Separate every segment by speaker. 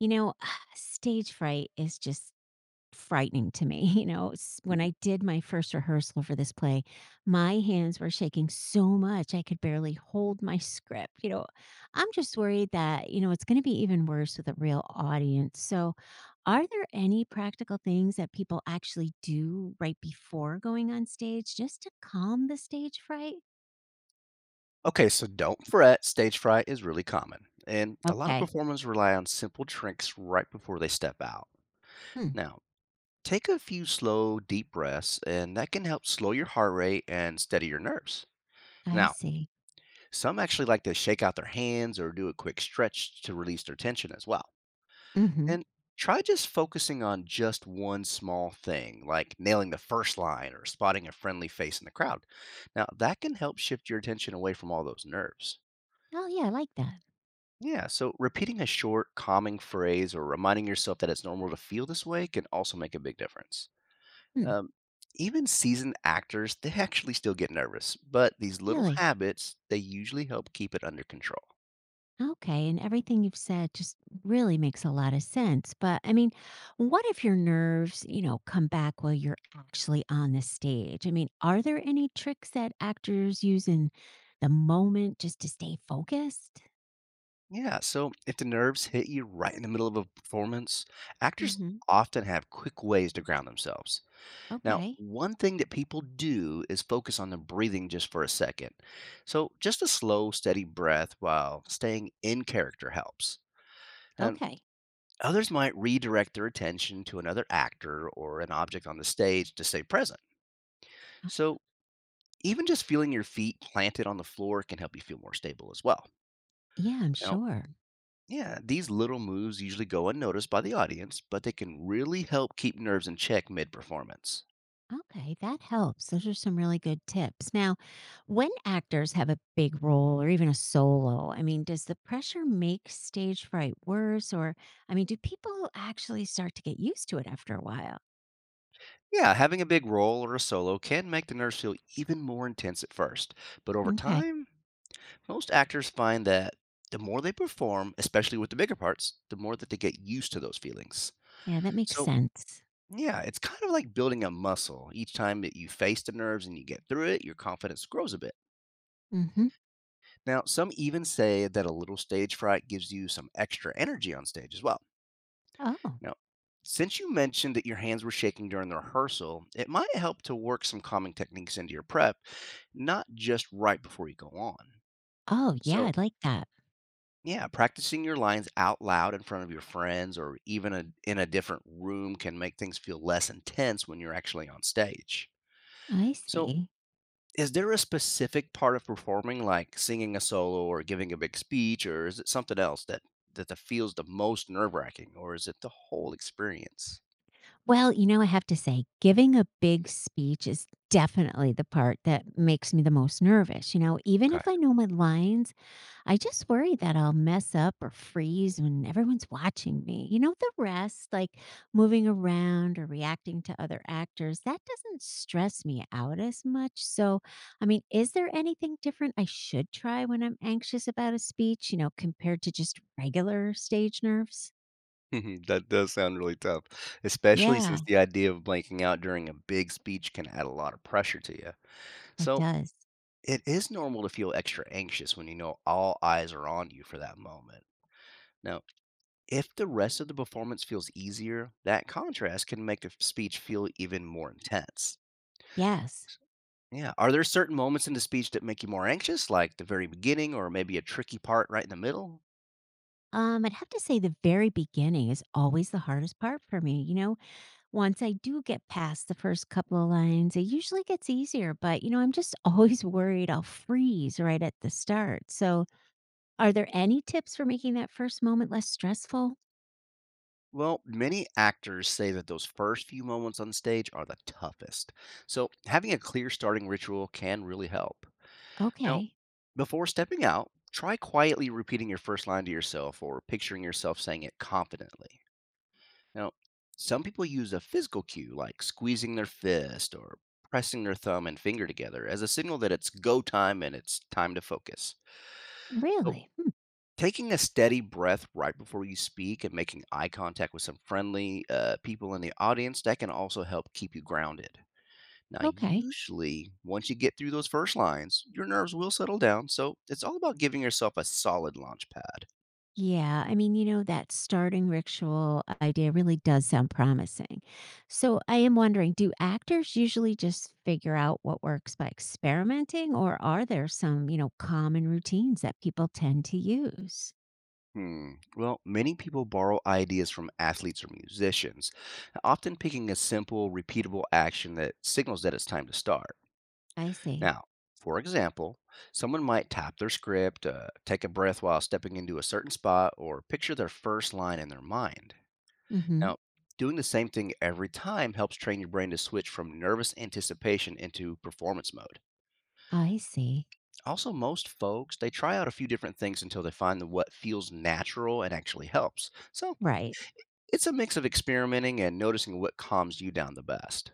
Speaker 1: You know, Stage fright is just frightening to me. When
Speaker 2: Mhm.
Speaker 1: I did my first rehearsal for this play, my hands were shaking so much I could barely hold my script. I'm just worried that, it's going to be even worse with a real audience. So, are there any practical things that people actually do right before going on stage just to calm the stage fright?
Speaker 2: Okay, so don't fret. Stage fright is really common, and a lot of
Speaker 1: Okay.
Speaker 2: performers rely on simple tricks right before they step out.
Speaker 1: Hmm.
Speaker 2: Now, take a few slow, deep breaths, and that can help slow your heart rate and steady your nerves.
Speaker 1: I
Speaker 2: Now,
Speaker 1: see.
Speaker 2: some actually like to shake out their hands or do a quick stretch to release their tension as well.
Speaker 1: Mm-hmm.
Speaker 2: And try just focusing on just one small thing, like nailing the first line or spotting a friendly face in the crowd. Now, that can help shift your attention away from all those nerves.
Speaker 1: Oh, yeah, I like that.
Speaker 2: Yeah, so repeating a short, calming phrase or reminding yourself that it's normal to feel this way can also make a big difference.
Speaker 1: Hmm.
Speaker 2: Um, Even seasoned actors, they actually still get nervous, but these little
Speaker 1: Really?
Speaker 2: habits, they usually help keep it under control.
Speaker 1: Okay, and everything you've said just really makes a lot of sense. But I mean, what if your nerves, come back while you're actually on the stage? I mean, are there any tricks that actors use in the moment just to stay focused?
Speaker 2: Yeah, so if the nerves hit you right in the middle of a performance, actors
Speaker 1: Hmm.
Speaker 2: often have quick ways to ground themselves. Now,
Speaker 1: Okay.
Speaker 2: one thing that people do is focus on the breathing just for a second. So, just a slow, steady breath while staying in character helps. And.
Speaker 1: Okay.
Speaker 2: Others might redirect their attention to another actor or an object on the stage to stay present.
Speaker 1: Uh,
Speaker 2: So, even just feeling your feet planted on the floor can help you feel more stable as well.
Speaker 1: Yeah, I'm
Speaker 2: Now,
Speaker 1: sure.
Speaker 2: yeah, these little moves usually go unnoticed by the audience, but they can really help keep nerves in check mid performance.
Speaker 1: Okay, that helps. Those are some really good tips. Now, when actors have a big role or even a solo, I mean, does the pressure make stage fright worse? Or, I mean, do people actually start to get used to it after a while?
Speaker 2: Yeah, having a big role or a solo can make the nerves feel even more intense at first, but over
Speaker 1: Okay.
Speaker 2: time, most actors find that the more they perform, especially with the bigger parts, the more that they get used to those feelings.
Speaker 1: Yeah, that makes
Speaker 2: So,
Speaker 1: sense.
Speaker 2: yeah, it's kind of like building a muscle. Each time that you face the nerves and you get through it, your confidence grows a bit.
Speaker 1: Hmm.
Speaker 2: Now, some even say that a little stage fright gives you some extra energy on stage as well.
Speaker 1: Oh,
Speaker 2: Now, since you mentioned that your hands were shaking during the rehearsal, it might help to work some calming techniques into your prep, not just right before you go on.
Speaker 1: oh, yeah,
Speaker 2: So,
Speaker 1: I like that.
Speaker 2: yeah, practicing your lines out loud in front of your friends or even in a different room can make things feel less intense when you're actually on stage.
Speaker 1: I
Speaker 2: So,
Speaker 1: see.
Speaker 2: is there a specific part of performing, like singing a solo or giving a big speech, or is it something else that that the feels the most nerve wracking, or is it the whole experience?
Speaker 1: Well, I have to say, giving a big speech is definitely the part that makes me the most nervous. Even
Speaker 2: Okay,
Speaker 1: if I know my lines, I just worry that I'll mess up or freeze when everyone's watching me. The rest, like moving around or reacting to other actors, that doesn't stress me out as much. So, I mean, is there anything different I should try when I'm anxious about a speech, compared to just regular stage nerves?
Speaker 2: that does sound really tough, especially since
Speaker 1: Yeah,
Speaker 2: the idea of blanking out during a big speech can add a lot of pressure to you.
Speaker 1: it
Speaker 2: So,
Speaker 1: does.
Speaker 2: it is normal to feel extra anxious when you know all eyes are on you for that moment. Now, if the rest of the performance feels easier, that contrast can make the speech feel even more intense.
Speaker 1: Yes.
Speaker 2: Yeah. Are there certain moments in the speech that make you more anxious, like the very beginning or maybe a tricky part right in the middle?
Speaker 1: I'd have to say the very beginning is always the hardest part for me. Once I do get past the first couple of lines, it usually gets easier, but I'm just always worried I'll freeze right at the start. So, are there any tips for making that first moment less stressful?
Speaker 2: Well, many actors say that those first few moments on stage are the toughest. So, having a clear starting ritual can really help. Now,
Speaker 1: Okay.
Speaker 2: before stepping out, try quietly repeating your first line to yourself or picturing yourself saying it confidently. Now, some people use a physical cue like squeezing their fist or pressing their thumb and finger together as a signal that it's go time and it's time to focus. So,
Speaker 1: Really?
Speaker 2: taking a steady breath right before you speak and making eye contact with some friendly people in the audience that can also help keep you grounded. Now,
Speaker 1: Hmm, okay.
Speaker 2: usually, once you get through those first lines, your nerves will settle down, so it's all about giving yourself a solid launch pad.
Speaker 1: Yeah. I mean, that starting ritual idea really does sound promising. So, I am wondering, do actors usually just figure out what works by experimenting, or are there some, common routines that people tend to use?
Speaker 2: Hmm. Well, many people borrow ideas from athletes or musicians, often picking a simple, repeatable action that signals that it's time to start.
Speaker 1: I see.
Speaker 2: Now, for example, someone might tap their script, take a breath while stepping into a certain spot, or picture their first line in their mind.
Speaker 1: Mm hmm.
Speaker 2: Now, doing the same thing every time helps train your brain to switch from nervous anticipation into performance mode.
Speaker 1: I see.
Speaker 2: Also, most folks, they try out a few different things until they find what feels natural and actually helps. So,
Speaker 1: Right.
Speaker 2: it's a mix of experimenting and noticing what calms you down the best.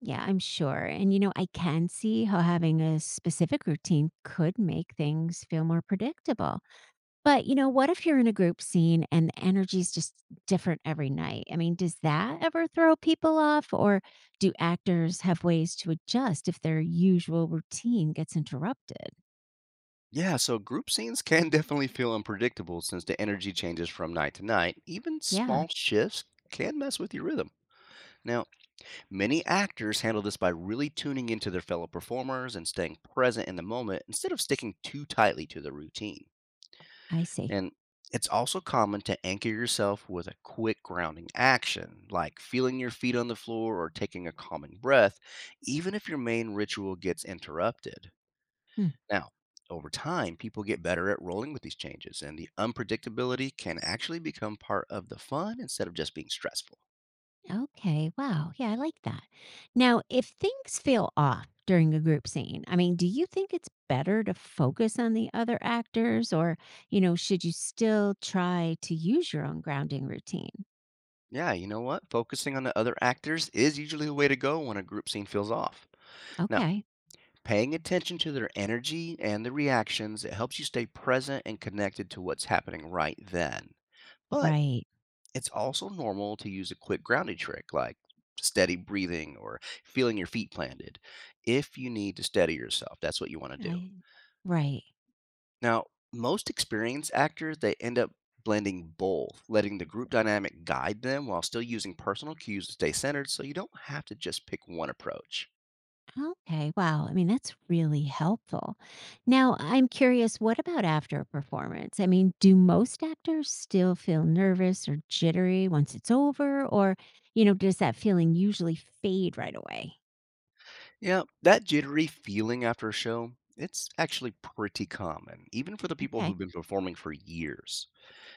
Speaker 1: Yeah, I'm sure. And, I can see how having a specific routine could make things feel more predictable. But, what if you're in a group scene and the energy is just different every night? I mean, does that ever throw people off? Or do actors have ways to adjust if their usual routine gets interrupted?
Speaker 2: Yeah, so group scenes can definitely feel unpredictable since the energy changes from night to night. Even
Speaker 1: Yeah,
Speaker 2: small shifts can mess with your rhythm. Now, many actors handle this by really tuning into their fellow performers and staying present in the moment instead of sticking too tightly to the routine.
Speaker 1: I see.
Speaker 2: And it's also common to anchor yourself with a quick grounding action, like feeling your feet on the floor or taking a calming breath, even if your main ritual gets interrupted.
Speaker 1: Hmm.
Speaker 2: Now, over time, people get better at rolling with these changes, and the unpredictability can actually become part of the fun instead of just being stressful.
Speaker 1: Okay. Wow. Yeah, I like that. Now, if things feel off during a group scene, I mean, do you think it's better to focus on the other actors, or, should you still try to use your own grounding routine?
Speaker 2: Yeah, you know what? Focusing on the other actors is usually the way to go when a group scene feels off. Now,
Speaker 1: Okay.
Speaker 2: paying attention to their energy and their reactions, it helps you stay present and connected to what's happening right then. But
Speaker 1: Right.
Speaker 2: it's also normal to use a quick grounding trick like steady breathing or feeling your feet planted if you need to steady yourself. That's what you want to do.
Speaker 1: I right.
Speaker 2: Now, most experienced actors, they end up blending both, letting the group dynamic guide them while still using personal cues to stay centered so you don't have to just pick one approach.
Speaker 1: Okay, wow. I mean, that's really helpful. Now, I'm curious, what about after a performance? I mean, do most actors still feel nervous or jittery once it's over? Or, does that feeling usually fade right away?
Speaker 2: Yeah, that jittery feeling after a show, it's actually pretty common, even for the people
Speaker 1: Okay,
Speaker 2: who've been performing for years.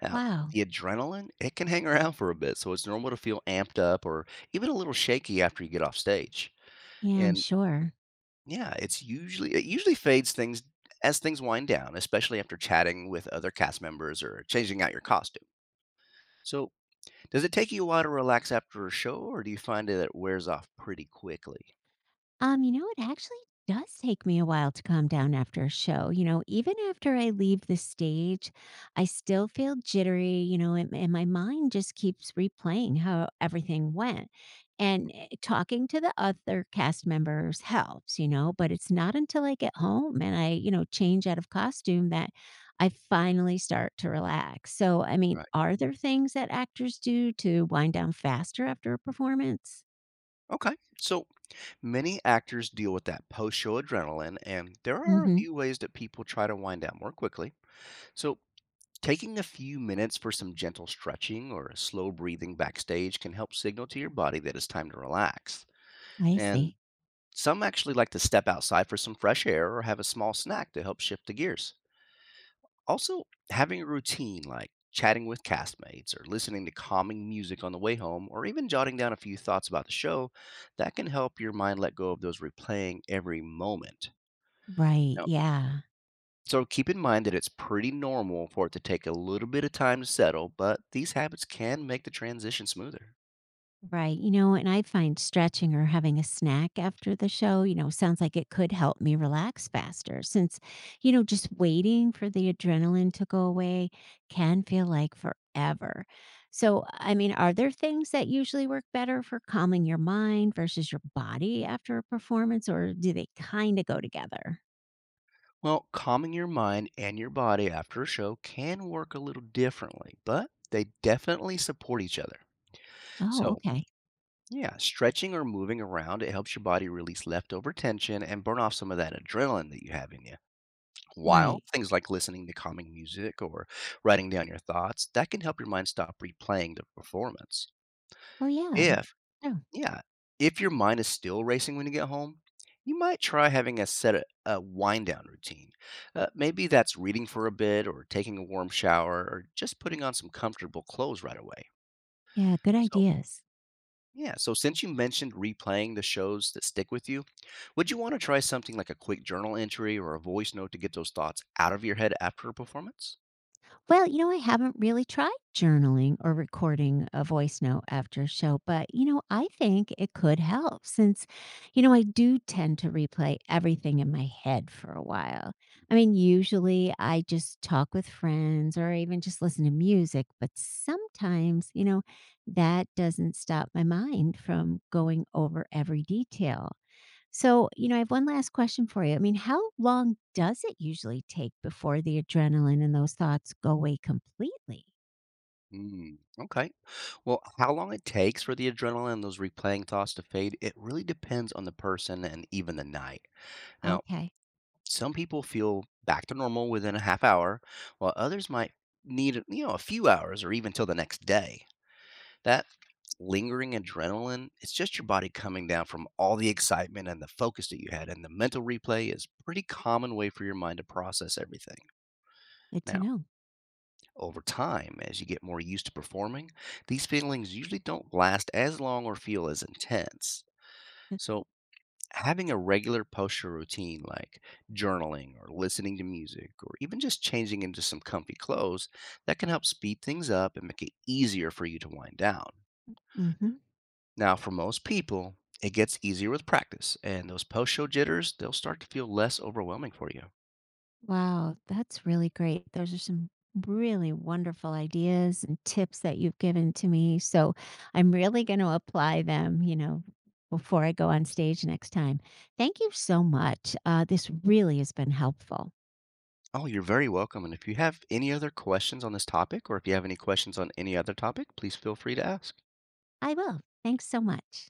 Speaker 2: Now,
Speaker 1: wow.
Speaker 2: the adrenaline, it can hang around for a bit, so it's normal to feel amped up or even a little shaky after you get off stage.
Speaker 1: Yeah, I'm
Speaker 2: And
Speaker 1: sure.
Speaker 2: yeah, it usually fades things as things wind down, especially after chatting with other cast members or changing out your costume. So, does it take you a while to relax after a show, or do you find that it wears off pretty quickly?
Speaker 1: It actually does take me a while to calm down after a show. Even after I leave the stage, I still feel jittery, and my mind just keeps replaying how everything went.
Speaker 2: Mhm.
Speaker 1: And talking to the other cast members helps, but it's not until I get home and I, change out of costume that I finally start to relax. So, I mean,
Speaker 2: Right.
Speaker 1: are there things that actors do to wind down faster after a performance?
Speaker 2: Okay. So, many actors deal with that post show adrenaline, and there are a
Speaker 1: Hmm.
Speaker 2: few ways that people try to wind down more quickly. So, taking a few minutes for some gentle stretching or slow breathing backstage can help signal to your body that it's time to relax.
Speaker 1: I
Speaker 2: And
Speaker 1: see.
Speaker 2: some actually like to step outside for some fresh air or have a small snack to help shift the gears. Also, having a routine like chatting with castmates or listening to calming music on the way home or even jotting down a few thoughts about the show, that can help your mind let go of those replaying every moment.
Speaker 1: Right,
Speaker 2: Now,
Speaker 1: yeah.
Speaker 2: so keep in mind that it's pretty normal for it to take a little bit of time to settle, but these habits can make the transition smoother.
Speaker 1: Right. And I find stretching or having a snack after the show, sounds like it could help me relax faster since, just waiting for the adrenaline to go away can feel like forever. So, I mean, are there things that usually work better for calming your mind versus your body after a performance, or do they kind of go together?
Speaker 2: Well, calming your mind and your body after a show can work a little differently, but they definitely support each other.
Speaker 1: Oh,
Speaker 2: So,
Speaker 1: okay.
Speaker 2: yeah, stretching or moving around, it helps your body release leftover tension and burn off some of that adrenaline that you have in you. While
Speaker 1: Right.
Speaker 2: things like listening to calming music or writing down your thoughts, that can help your mind stop replaying the performance.
Speaker 1: Oh, yeah.
Speaker 2: If,
Speaker 1: Oh,
Speaker 2: yeah, if your mind is still racing when you get home, you might try having a wind down routine. Maybe that's reading for a bit or taking a warm shower or just putting on some comfortable clothes right away.
Speaker 1: yeah. Good
Speaker 2: So
Speaker 1: ideas.
Speaker 2: yeah, so since you mentioned replaying the shows that stick with you, would you want to try something like a quick journal entry or a voice note to get those thoughts out of your head after a performance?
Speaker 1: Well, I haven't really tried journaling or recording a voice note after a show, but, I think it could help since, I do tend to replay everything in my head for a while. I mean, usually I just talk with friends or even just listen to music, but sometimes, that doesn't stop my mind from going over every detail. So, I have one last question for you. I mean, how long does it usually take before the adrenaline and those thoughts go away completely?
Speaker 2: Mm, okay. Well, how long it takes for the adrenaline and those replaying thoughts to fade, it really depends on the person and even the night. Now,
Speaker 1: Okay.
Speaker 2: some people feel back to normal within a half hour, while others might need, you know, a few hours or even till the next day. That lingering adrenaline, it's just your body coming down from all the excitement and the focus that you had, and the mental replay is pretty common way for your mind to process everything.
Speaker 1: Good to
Speaker 2: Now,
Speaker 1: know.
Speaker 2: over time, as you get more used to performing, these feelings usually don't last as long or feel as intense. So, having a regular posture routine like journaling or listening to music or even just changing into some comfy clothes that can help speed things up and make it easier for you to wind down.
Speaker 1: Mm. Hmm.
Speaker 2: Now, for most people, it gets easier with practice, and those post show jitters, they'll start to feel less overwhelming for you.
Speaker 1: Wow, that's really great. Those are some really wonderful ideas and tips that you've given to me. So I'm really going to apply them, before I go on stage next time. Thank you so much. This really has been helpful.
Speaker 2: Oh, you're very welcome. And if you have any other questions on this topic, or if you have any questions on any other topic, please feel free to ask.
Speaker 1: I will. Thanks so much.